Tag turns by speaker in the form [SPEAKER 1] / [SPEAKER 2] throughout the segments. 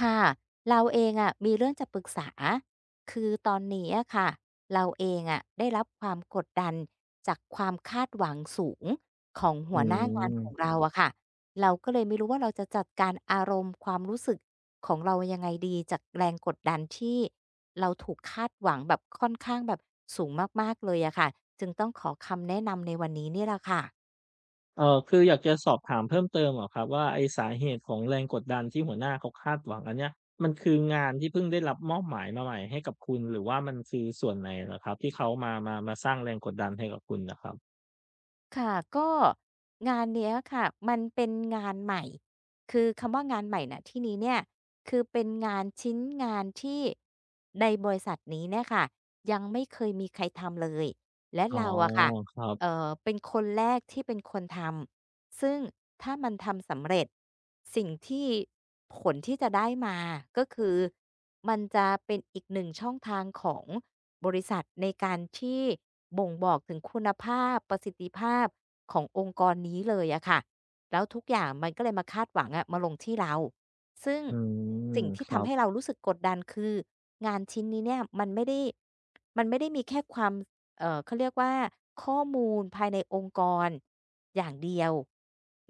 [SPEAKER 1] ค่ะเราเองอะมีเรื่องจะปรึกษาคือตอนนี้อะค่ะเราเองอะได้รับความกดดันจากความคาดหวังสูงของ
[SPEAKER 2] อื
[SPEAKER 1] หัวหน้างานของ
[SPEAKER 2] ม
[SPEAKER 1] เราอะค่ะเราก็เลยไม่รู้ว่าเราจะจัดการอารมณ์ความรู้สึกของเรายังไงดีจากแรงกดดันที่เราถูกคาดหวังแบบค่อนข้างแบบสูงมากๆเลยอะค่ะจึงต้องขอคำแนะนำในวันนี้นี่แหละค่ะ
[SPEAKER 2] คืออยากจะสอบถามเพิ่มเติมอะครับว่าไอ้สาเหตุของแรงกดดันที่หัวหน้าเขาคาดหวังอันเนี้ยมันคืองานที่เพิ่งได้รับมอบหมายมาใหม่ให้กับคุณหรือว่ามันคือส่วนไหนเหรอครับที่เขามาสร้างแรงกดดันให้กับคุณน่ะครับ
[SPEAKER 1] ค่ะก็งานเนี้ยค่ะมันเป็นงานใหม่คือคำว่างานใหม่ณที่นี้เนี่ยคือเป็นงานชิ้นงานที่ในบริษัทนี้เนี่ยค่ะยังไม่เคยมีใครทำเลยและ
[SPEAKER 2] อ๋อ
[SPEAKER 1] เราอะค่ะ
[SPEAKER 2] ครับ
[SPEAKER 1] เป็นคนแรกที่เป็นคนทำ ซึ่งถ้ามันทำสำเร็จสิ่งที่ผลที่จะได้มาก็คือมันจะเป็นอีกหนึ่งช่องทางของบริษัทในการที่บ่งบอกถึงคุณภาพประสิทธิภาพขององค์กรนี้เลยอะค่ะแล้วทุกอย่างมันก็เลยมาคาดหวังอะมาลงที่เราซึ่ง
[SPEAKER 2] อืม
[SPEAKER 1] สิ่ง
[SPEAKER 2] ค
[SPEAKER 1] ที่
[SPEAKER 2] รั
[SPEAKER 1] ทำ
[SPEAKER 2] บ
[SPEAKER 1] ให้เรารู้สึกกดดันคืองานชิ้นนี้เนี่ยมันไม่ได้มีแค่ความ เขาเรียกว่าข้อมูลภายในองค์กรอย่างเดียว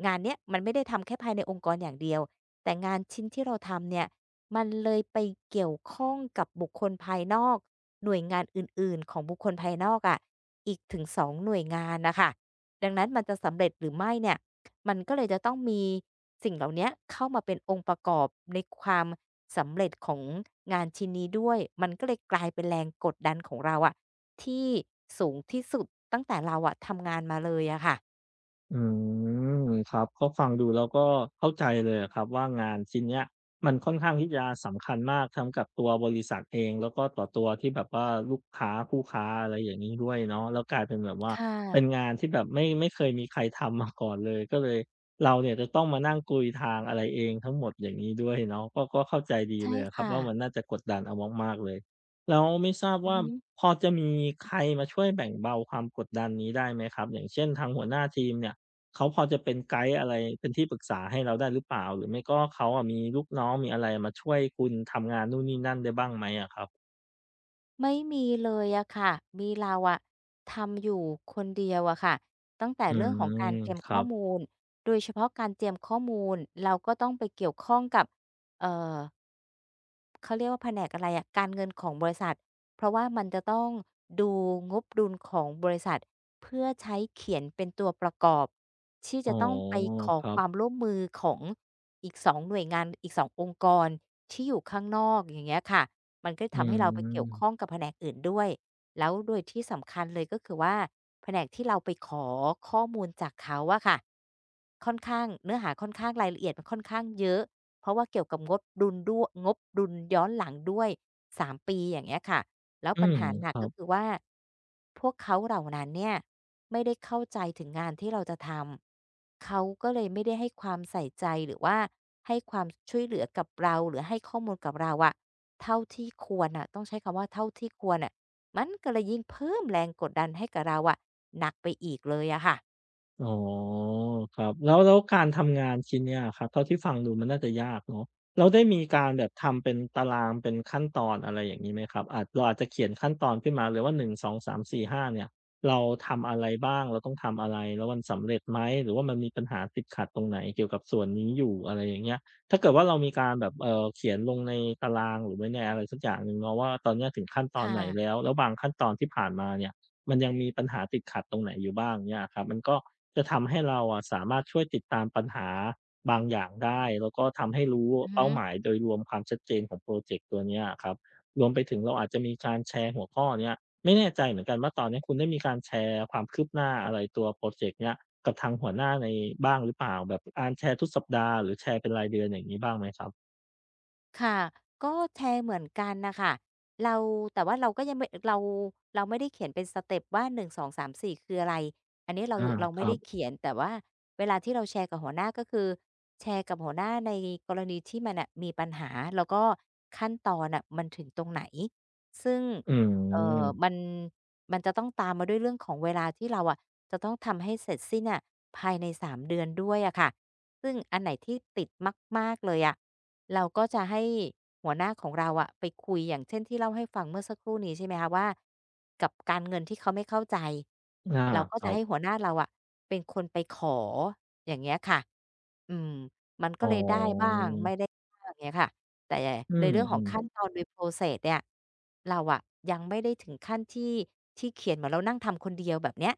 [SPEAKER 1] งานเนี้ยมันไม่ได้ทำแค่ภายในองค์กรอย่างเดียวแต่งานชิ้นที่เราทำเนี่ยมันเลยไปเกี่ยวข้องกับบุคคลภายนอกหน่วยงานอื่นๆของบุคคลภายนอกอะะอีกถึง2หน่วยงานนะคะดังนั้นมันจะสำเร็จหรือไม่เนี่ยมันก็เลยจะต้องมีสิ่งเหล่าเนี้ยเข้ามาเป็นองค์ประกอบในความสำเร็จของงานชิ้นนี้ด้วยมันก็เลยกลายเป็นแรงกดดันของเราอะ ที่สูงที่สุดตั้งแต่เราอะทำงานมาเลยอะค่ะ
[SPEAKER 2] อืมครับก็ฟังดูแล้วก็เข้าใจเลยอะครับว่างานชิ้นเนี้ยมันค่อนข้างที่จะสำคัญมากทั้งกับตัวบริษัทเองแล้วก็ต่อตัวที่แบบว่าลูกค้าคู่ค้าอะไรอย่างนี้ด้วยเนาะแล้วกลายเป็นแบบว่า
[SPEAKER 1] ค่ะ
[SPEAKER 2] เป็นงานที่แบบไม่เคยมีใครทำมาก่อนเลยก็เลยเราเนี่ยจะต้องมานั่งกุยทางอะไรเองทั้งหมดอย่างนี้ด้วยเนาะก็เข้าใจดี
[SPEAKER 1] ใช่
[SPEAKER 2] เลยอะครับ
[SPEAKER 1] ค่ะ
[SPEAKER 2] ว่ามันน่าจะกดดันเอามากๆเลยแล้วไม่ทราบ
[SPEAKER 1] อือ
[SPEAKER 2] ว่า
[SPEAKER 1] ฮึ
[SPEAKER 2] พอจะมีใครมาช่วยแบ่งเบาความกดดันนี้ได้ไหมครับอย่างเช่นทางหัวหน้าทีมเนี่ย เขาพอจะเป็นไกด์อะไรเป็นที่ปรึกษาให้เราได้หรือเปล่าหรือไม่ก็เขาอะมีลูกน้องมีอะไรมาช่วยคุณทำงานนู่นนี่นั่นได้บ้างไหมอะครับ
[SPEAKER 1] ไม่มีเลยอะค่ะมีเราอะทำอยู่คนเดียวอะค่ะตั้งแต่
[SPEAKER 2] อื
[SPEAKER 1] เรื่องของการ
[SPEAKER 2] ม
[SPEAKER 1] เตรียม
[SPEAKER 2] ครั
[SPEAKER 1] ข้อ
[SPEAKER 2] บ
[SPEAKER 1] มูลโดยเฉพาะการเตรียมข้อมูลเราก็ต้องไปเกี่ยวข้องกับเอ่อ เขาเรียกว่าแผนกอะไรอะการเงินของบริษัทเพราะว่ามันจะต้องดูงบดุลของบริษัทเพื่อใช้เขียนเป็นตัวประกอบที่
[SPEAKER 2] อ๋อ
[SPEAKER 1] จะต้องไปขอ
[SPEAKER 2] ครั
[SPEAKER 1] ความ
[SPEAKER 2] บ
[SPEAKER 1] ร่วมมือของอีกสองหน่วยงานอีกสององค์กรที่อยู่ข้างนอกอย่างเงี้ยค่ะมันก็
[SPEAKER 2] อื
[SPEAKER 1] ทำให้เราไปเกี่ยวข้
[SPEAKER 2] ม
[SPEAKER 1] องกับแผนกอื่นด้วยแล้วโดยที่สำคัญเลยก็คือว่าแผนกที่เราไปขอข้อมูลจากเขาอะค่ะค่อนข้างเนื้อหาค่อนข้างรายละเอียดมันค่อนข้างเยอะ เพราะว่าเกี่ยวกับงบดุลด้วยงบดุลย้อนหลังด้วยสามปีอย่างเงี้ยค่ะแล้ว
[SPEAKER 2] อื
[SPEAKER 1] ปัญ
[SPEAKER 2] ม
[SPEAKER 1] หาห
[SPEAKER 2] ค
[SPEAKER 1] นัก
[SPEAKER 2] รั
[SPEAKER 1] ก็
[SPEAKER 2] บ
[SPEAKER 1] คือว่าพวกเขาเหล่านั้นเนี่ยไม่ได้เข้าใจถึงงานที่เราจะทำเขาก็เลยไม่ได้ให้ความใส่ใจหรือว่าให้ความช่วยเหลือกับเราหรือให้ข้อมูลกับเราอะเท่าที่ควรน่ะต้องใช้คำว่าเท่าที่ควรน่ะมันก็เลยยิ่งเพิ่มแรงกดดันให้กับเราอะหนักไปอีกเลยอะค่ะ
[SPEAKER 2] อ๋อครับแล้วการทำงานชิ้นเนี้ยอะครับเท่าที่ฟังดูมันน่าจะยากเนาะแล้วได้มีการแบบทำเป็นตารางเป็นขั้นตอนอะไรอย่างงี้ไหมครับอาจเราอาจจะเขียนขั้นตอนขึ้นมาเลยว่าหนึ่งสองสามสี่ห้าเนี่ยเราทำอะไรบ้างเราต้องทำอะไรแล้วมันสำเร็จไหมหรือว่ามันมีปัญหาติดขัดตรงไหนเกี่ยวกับส่วนนี้อยู่อะไรอย่างเงี้ยถ้าเกิดว่าเรามีการแบบเขียนลงในตารางหรือไว้ในอะไรสักอย่างหนึ่งเนาะว่าตอนเนี้ยถึงขั้นตอน
[SPEAKER 1] ค่ะ
[SPEAKER 2] ไหนแล้วบางขั้นตอนที่ผ่านมาเนี่ยมันยังมีปัญหาติดขัดตรงไหนอยู่บ้างเงี้ยอะครับมันก็ จะทำให้เราอะสามารถช่วยติดตามปัญหาบางอย่างได้แล้วก็ทำให้รู้
[SPEAKER 1] อือ
[SPEAKER 2] เป้า
[SPEAKER 1] ฮึ
[SPEAKER 2] หมายโดยรวมความชัดเจนของพรอเจกต์ตัวเนี้ยอะครับรวมไปถึงเราอาจจะมีการแชร์หัวข้อเนี้ยไม่แน่ใจเหมือนกันว่าตอนเนี้ยคุณได้มีการแชร์ความคืบหน้าอะไรตัวพรอเจกต์เนี้ยกับทางหัวหน้าในบ้างหรือเปล่าแบบการแชร์ทุกสัปดาห์หรือแชร์เป็นรายเดือนอย่างงี้บ้างไหมครับ
[SPEAKER 1] ค่ะก็แชร์เหมือนกันน่ะค่ะเราแต่ว่าเราก็ยังไม่เราเราไม่ได้เขียนเป็นสเต็ปว่า1 2 3 4คืออะไรอันนี้เรา
[SPEAKER 2] อา
[SPEAKER 1] เรา
[SPEAKER 2] ค
[SPEAKER 1] ไม่
[SPEAKER 2] รั
[SPEAKER 1] ได้
[SPEAKER 2] บ
[SPEAKER 1] เขียนแต่ว่าเวลาที่เราแชร์กับหัวหน้าก็คือแชร์กับหัวหน้าในกรณีที่มันน่ะมีปัญหาแล้วก็ขั้นตอนน่ะมันถึงตรงไหนซึ่ง
[SPEAKER 2] อื
[SPEAKER 1] เอ่อมัน
[SPEAKER 2] ม
[SPEAKER 1] มันจะต้องตามมาด้วยเรื่องของเวลาที่เราอะจะต้องทำให้เสร็จสิ้นน่ะภายใน3เดือนด้วยอะค่ะ ซึ่งอันไหนที่ติดมากๆเลยอะเราก็จะให้หัวหน้าของเราอะไปคุยอย่างเช่นที่เล่าให้ฟังเมื่อสักครู่นี้ใช่ไหมคะว่ากับการเงินที่เขาไม่เข้าใจ
[SPEAKER 2] อา
[SPEAKER 1] เราก็
[SPEAKER 2] ครั
[SPEAKER 1] จะให้
[SPEAKER 2] บ
[SPEAKER 1] หัวหน้าเราอะเป็นคนไปขออย่างเงี้ยค่ะอืมมัน
[SPEAKER 2] อ๋
[SPEAKER 1] ก็เลยได้บ้า
[SPEAKER 2] อ
[SPEAKER 1] งไม่ได้บ้างเงี้ยค่ะแต่
[SPEAKER 2] อื
[SPEAKER 1] ในเรื่องของ
[SPEAKER 2] ม
[SPEAKER 1] ขั้น
[SPEAKER 2] ๆ
[SPEAKER 1] ตอนโดย process เนี่ยเราอะยังไม่ได้ถึงขั้นที่เขียนเหมือนเรานั่งทำคนเดียวแบบเนี้ย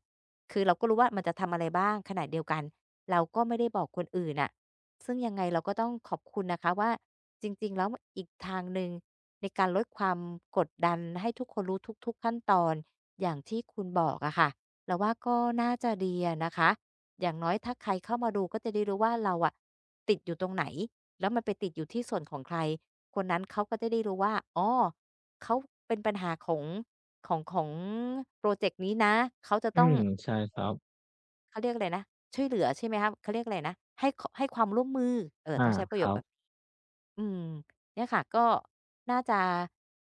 [SPEAKER 1] คือเราก็รู้ว่ามันจะทำอะไรบ้างขณะเดียวกัน เราก็ไม่ได้บอกคนอื่นน่ะซึ่งยังไงเราก็ต้องขอบคุณนะคะว่าจริงๆแล้วอีกทางหนึ่งในการลดความกดดันให้ทุกคนรู้ทุกๆขั้นตอนอย่างที่คุณบอกอะค่ะเราว่าก็น่าจะดีอะนะคะอย่างน้อยถ้าใครเข้ามาดูก็จะได้รู้ว่าเราอะติดอยู่ตรงไหนแล้วมันไปติดอยู่ที่ส่วนของใครคนนั้นเขาก็จะได้รู้ว่าอ๋อเขาเป็นปัญหาของของพรอเจกต์นี้นะเขาจะ
[SPEAKER 2] อื
[SPEAKER 1] ต้อง
[SPEAKER 2] มใช่ครับ
[SPEAKER 1] เขาเรียกอะไรนะ ช่วยเหลือใช่ไหมครับเขาเรียกอะไรนะให้ขให้ความร่วมมือเออ
[SPEAKER 2] อา
[SPEAKER 1] ต้องใช้ป
[SPEAKER 2] ค
[SPEAKER 1] ระโยค
[SPEAKER 2] รั
[SPEAKER 1] แบบ
[SPEAKER 2] บ
[SPEAKER 1] อืมเนี่ยค่ะก็น่าจะ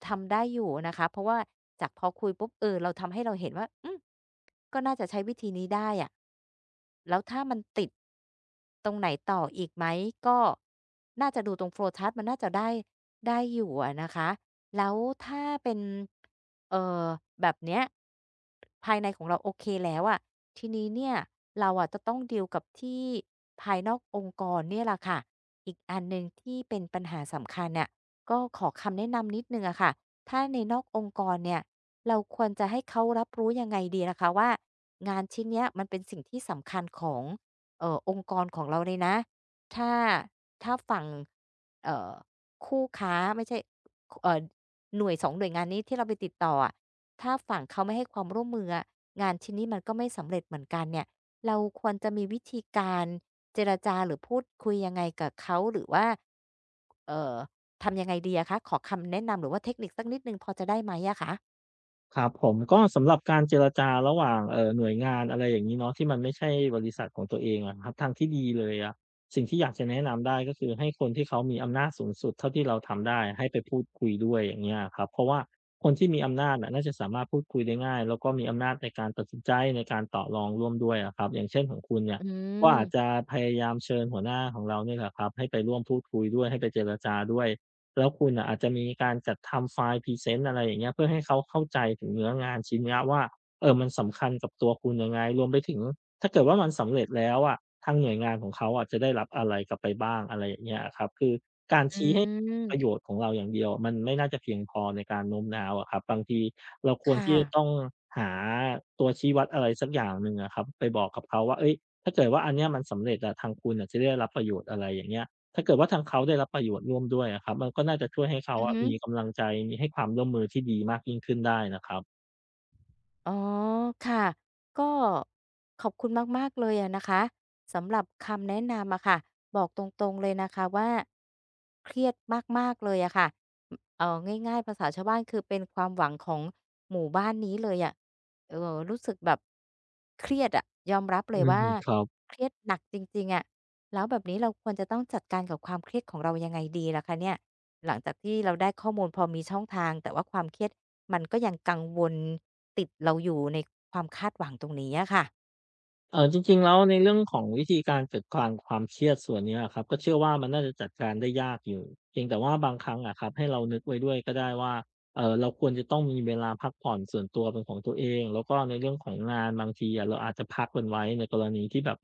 [SPEAKER 1] ทำได้อยู่นะคะเพราะว่าจากพอคุยปุ๊บเออเราทำให้เราเห็นว่าอืมก็น่าจะใช้วิธีนี้ได้อะแล้วถ้ามันติดตรงไหนต่ออีกไหมก็น่าจะดูตรงโฟลว์ชาร์ตมันน่าจะได้อยู่อะนะคะแล้วถ้าเป็นเอ่อแบบเนี้ย ภายในของเราโอเคแล้วอะทีนี้เนี่ยเราอะจะต้องดีลกับที่ภายนอกองค์กรเนี่ยแหละค่ะอีกอันหนึ่งที่เป็นปัญหาสำคัญน่ะก็ขอคำแนะนำนิดหนึ่งอะค่ะถ้าในนอกองค์กรเนี่ยเราควรจะให้เขารับรู้ยังไงดีนะคะว่างานชิ้นเนี้ยมันเป็นสิ่งที่สำคัญขององค์กรของเราเลยนะถ้าถ้าฝั่งเอ่อคู่ค้าไม่ใช่เอ่อหน่วย2หน่วยงานนี้ที่เราไปติดต่ออะ ถ้าฝั่งเขาไม่ให้ความร่วมมืออะงานชิ้นนี้มันก็ไม่สำเร็จเหมือนกันเนี่ยเราควรจะมีวิธีการเจรจาหรือพูดคุยยังไงกับเขาหรือว่าเอ่อทำยังไงดีอะคะขอคำแนะนำหรือว่าเทคนิคสักนิดหนึ่งพอจะได้ไหมอะคะ
[SPEAKER 2] ครับผมก็สำหรับการเจรจาระหว่างหน่วยงานอะไรอย่างงี้เนาะที่มันไม่ใช่บริษัทของตัวเองอะครับทางที่ดีเลยอะสิ่งที่อยากจะแนะนำได้ก็คือให้คนที่เขามีอำนาจสูงสุดเท่าที่เราทำได้ให้ไปพูดคุยด้วยอย่างเงี้ยอะครับเพราะว่าคนที่มีอำนาจน่ะน่าจะสามารถพูดคุยได้ง่ายแล้วก็มีอำนาจในการตัดสินใจในการต่อรองร่วมด้วยอะครับอย่างเช่นของคุณเนี่ย
[SPEAKER 1] อื
[SPEAKER 2] ก็อาจจะ
[SPEAKER 1] ม
[SPEAKER 2] พยายามเชิญหัวหน้าของเราเนี่ยแหละครับให้ไปร่วมพูดคุยด้วยให้ไปเจรจาด้วย แล้วคุณน่ะอาจจะมีการจัดทำไฟล์พรีเซนต์อะไรอย่างเงี้ยเพื่อให้เขาเข้าใจถึงเนื้องานชิ้นเนี้ยว่ามันสำคัญกับตัวคุณยังไงรวมไปถึงถ้าเกิดว่ามันสำเร็จแล้วอะทางหน่วยงานของเขาอะจะได้รับอะไรกลับไปบ้างอะไรอย่างเงี้ยอะครับคือการ
[SPEAKER 1] อ
[SPEAKER 2] ชี้ให้
[SPEAKER 1] ื
[SPEAKER 2] ประโย
[SPEAKER 1] ม
[SPEAKER 2] ชน์ของเราอย่างเดียวมันไม่น่าจะเพียงพอในการโน้มน้าวอะครับบางทีเราควร
[SPEAKER 1] ค่ะ
[SPEAKER 2] ที่จะต้องหาตัวชี้วัดอะไรสักอย่างหนึ่งอะครับไปบอกกับเขาว่าเฮ้ยถ้าเกิดว่าอันเนี้ยมันสำเร็จอะทางคุณน่ะจะได้รับประโยชน์อะไรอย่างเงี้ย ถ้าเกิดว่าทางเขาได้รับประโยชน์ร่วมด้วยอะครับมันก็น่าจะช่วยให้เขา
[SPEAKER 1] อือ
[SPEAKER 2] อะ
[SPEAKER 1] ฮึ
[SPEAKER 2] มีกำลังใจมีให้ความร่วมมือที่ดีมากยิ่งขึ้นได้นะครับ
[SPEAKER 1] อ๋อค่ะก็ขอบคุณมากๆเลยอะนะคะสำหรับคำแนะนำอะค่ะบอกตรงๆเลยนะคะว่าเครียดมากๆเลยอะค่ะเออง่ายๆภาษาชาวบ้านคือเป็นความหวังของหมู่บ้านนี้เลยอะรู้สึกแบบเครียดอะยอมรับเล
[SPEAKER 2] อื
[SPEAKER 1] ย
[SPEAKER 2] ม
[SPEAKER 1] ว่า
[SPEAKER 2] ครับ
[SPEAKER 1] เครียดหนักจริงๆอะ แล้วแบบนี้เราควรจะต้องจัดการกับความเครียดของเรายังไงดีล่ะคะเนี่ยหลังจากที่เราได้ข้อมูลพอมีช่องทางแต่ว่าความเครียดมันก็ยังกังวลติดเราอยู่ในความคาดหวังตรงนี้อะค่ะ
[SPEAKER 2] จริงๆแล้วในเรื่องของวิธีการจัดการความเครียดส่วนเนี้ยอะครับก็เชื่อว่ามันน่าจะจัดการได้ยากอยู่เพียงแต่ว่าบางครั้งอะครับให้เรานึกไว้ด้วยก็ได้ว่าเราควรจะต้องมีเวลาพักผ่อนส่วนตัวเป็นของตัวเองแล้วก็ในเรื่องของงานบางทีอะเราอาจจะพักมันไว้ในกรณีที่แบบ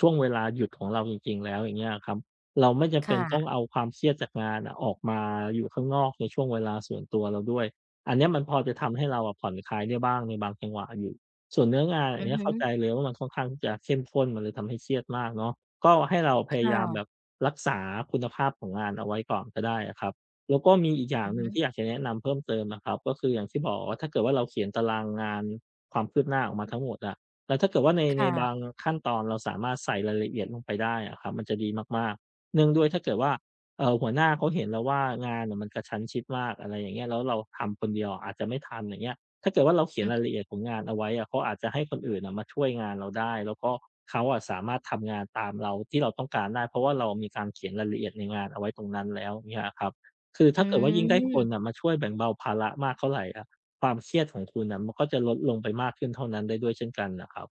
[SPEAKER 2] ช่วงเวลาหยุดของเราจริงๆแล้วอย่างเงี้ยอะครับเราไม่จำเป็น
[SPEAKER 1] ค่ะ
[SPEAKER 2] ต้องเอาความเครียดจากงานน่ะออกมาอยู่ข้างนอกในช่วงเวลาส่วนตัวเราด้วยอันเนี้ยมันพอจะทำให้เราอะผ่อนคลายได้บ้างในบางจังหวะอยู่ ส่วนเนื้องานอ
[SPEAKER 1] อื
[SPEAKER 2] ย่าง
[SPEAKER 1] อ
[SPEAKER 2] เงี้ย
[SPEAKER 1] ฮึ
[SPEAKER 2] เข้าใจเลยว่ามันค่อนข้างที่จะเข้มข้นมันเลยทำให้เครียดมากเนาะก็ให้เราพ
[SPEAKER 1] ค
[SPEAKER 2] ยายามแบบ
[SPEAKER 1] ่ะ
[SPEAKER 2] รักษาคุณภาพของงานเอาไว้ก่อนก็ได้อะครับแล้วก็มีอีกอย่าง
[SPEAKER 1] อือ
[SPEAKER 2] หนึ่ง
[SPEAKER 1] ฮึ
[SPEAKER 2] ที่อยากจะแนะนำเพิ่มเติมนะครับก็คืออย่างที่บอกว่าถ้าเกิดว่าเราเขียนตารางงานความคืบหน้าออกมาทั้งหมดอะแล้วถ้าเกิดว่าใน
[SPEAKER 1] ค
[SPEAKER 2] ในบาง
[SPEAKER 1] ่ะ
[SPEAKER 2] ขั้นตอนเราสามารถใส่รายละเอียดลงไปได้อะครับมันจะดีมากๆเนื่องด้วยถ้าเกิดว่าหัวหน้าเขาเห็นแล้วว่างานน่ะมันกระชั้นชิดมากอะไรอย่างเงี้ยแล้วเราทำคนเดียวอาจจะไม่ทันอย่างเงี้ย ถ้าเกิดว่าเราเขียน
[SPEAKER 1] อือ
[SPEAKER 2] รายละเอียดของงานเอาไว้อะเขาอาจจะให้คนอื่นอะมาช่วยงานเราได้แล้วก็เขาอะสามารถทำงานตามเราที่เราต้องการได้เพราะว่าเรามีการเขียนรายละเอียดในงานเอาไว้ตรงนั้นแล้วเงี้ยอะครับคือ
[SPEAKER 1] อื
[SPEAKER 2] ถ้าเกิดว่ายิ่งได้คน
[SPEAKER 1] ม
[SPEAKER 2] น่ะมาช่วยแบ่งเบาภาระมากเท่าไรอะความเครียดของคุณน่ะมันก็จะลดลงไปมากขึ้นเท่านั้นได้ด้วยเช่นกันน่ะครับ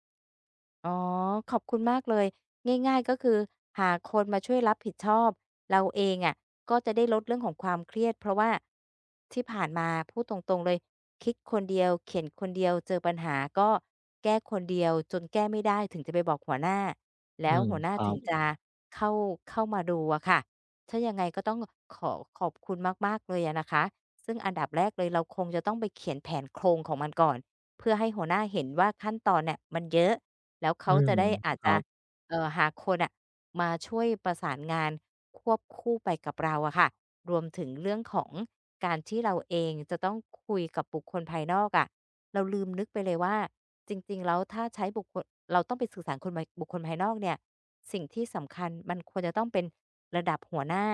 [SPEAKER 1] อ๋อขอบคุณมากเลยง่ายๆก็คือหาคนมาช่วยรับผิดชอบเราเองอะก็จะได้ลดเรื่องของความเครียดเพราะว่าที่ผ่านมาพูดตรงๆเลยคิดคนเดียวเขียนคนเดียวเจอปัญหาก็แก้คนเดียวจนแก้ไม่ได้ถึงจะไปบอกหัวหน้า
[SPEAKER 2] อื
[SPEAKER 1] แล้ว
[SPEAKER 2] ม
[SPEAKER 1] หัวห
[SPEAKER 2] ค
[SPEAKER 1] น้า
[SPEAKER 2] รั
[SPEAKER 1] ถึ
[SPEAKER 2] บ
[SPEAKER 1] งจะเข้าเข้ามาดูอะค่ะถ้ายังไงก็ต้องขอขอบคุณมากๆเลยอะนะคะซึ่งอันดับแรกเลยเราคงจะต้องไปเขียนแผนโครงของมันก่อนเพื่อให้หัวหน้าเห็นว่าขั้นตอนเนี่ยมันเยอะ แล้ว
[SPEAKER 2] อื
[SPEAKER 1] เขา
[SPEAKER 2] ม
[SPEAKER 1] จะได้อาจ
[SPEAKER 2] ครั
[SPEAKER 1] จะ
[SPEAKER 2] บ
[SPEAKER 1] หาคนอะมาช่วยประสานงานควบคู่ไปกับเราอะค่ะรวมถึงเรื่องของการที่เราเองจะต้องคุยกับบุคคลภายนอกอะเราลืมนึกไปเลยว่าจริงๆแล้วถ้าใช้บุคคลเราต้องไปสื่อสารคนภายบุคคลภายนอกเนี่ยสิ่งที่สำคัญมันควรจะต้องเป็นระดับหัวหน้า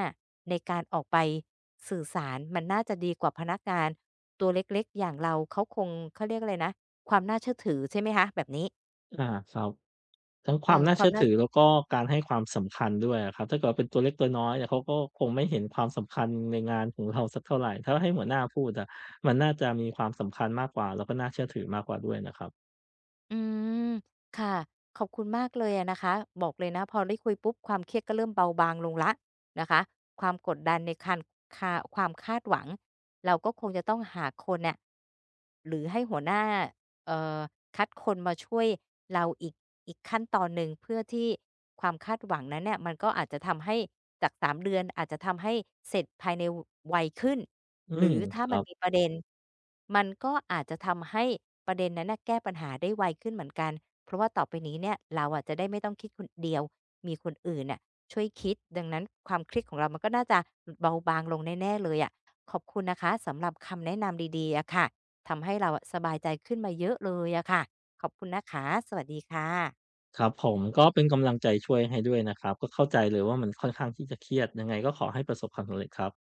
[SPEAKER 1] ในการออกไปสื่อสารมันน่าจะดีกว่าพนักงานตัวเล็กๆอย่างเราเขาคงเขาเรียกอะไรนะความน่าเชื่อถือใช่ไหมคะแบบนี้
[SPEAKER 2] อาครับ ทั้งค
[SPEAKER 1] เอ
[SPEAKER 2] วาม
[SPEAKER 1] อ
[SPEAKER 2] น่า
[SPEAKER 1] ควา
[SPEAKER 2] เชื่
[SPEAKER 1] ม
[SPEAKER 2] อ
[SPEAKER 1] น่า
[SPEAKER 2] ถือแล้วก็การให้ความสำคัญด้วยอะครับถ้าเกิดว่าเป็นตัวเล็กตัวน้อยเนี่ยเขาก็คงไม่เห็นความสำคัญในงานของเราสักเท่าไรถ้าให้หัวหน้าพูดอะมันน่าจะมีความสำคัญมากกว่าแล้วก็น่าเชื่อถือมากกว่าด้วยนะครับ
[SPEAKER 1] อืมค่ะขอบคุณมากเลยอะนะคะบอกเลยนะพอได้คุยปุ๊บความเครียดก็เริ่มเบาบางลงแล้วนะคะความกดดันในคันคาความคาดหวังเราก็คงจะต้องหาคนเนี่ยหรือให้หัวหน้าเอ่อคัดคนมาช่วยเราอีกขั้นตอนหนึ่งเพื่อที่ความคาดหวังนั้นเนี่ยมันก็อาจจะทำให้จาก3 เดือนอาจจะทำให้เสร็จภายในวไวขึ้น
[SPEAKER 2] อื
[SPEAKER 1] หรื
[SPEAKER 2] ม
[SPEAKER 1] อ
[SPEAKER 2] ค
[SPEAKER 1] ถ้า
[SPEAKER 2] รั
[SPEAKER 1] มันมี
[SPEAKER 2] บ
[SPEAKER 1] ประเด็นมันก็อาจจะทำให้ ประเด็นนั้นน่ะแก้ปัญหาได้ไวขึ้นเหมือนกัน เพราะว่าต่อไปนี้เนี่ยเราอะจะได้ไม่ต้องคิดคนเดียว มีคนอื่นน่ะช่วยคิด ดังนั้นความเครียดของเรามันก็น่าจะเบาบางลงแน่ๆเลยอะขอบคุณนะคะสำหรับคำแนะนำดีๆอะค่ะ ทำให้เราอะสบายใจขึ้นมาเยอะเลยอะค่ะ ขอบคุณนะคะ สวัสดีค่ะ
[SPEAKER 2] ครับผมก็เป็นกำลังใจช่วยให้ด้วยนะครับก็เข้าใจเลยว่ามันค่อนข้างที่จะเครียดยังไงก็ขอให้ประสบความสำเร็จครับ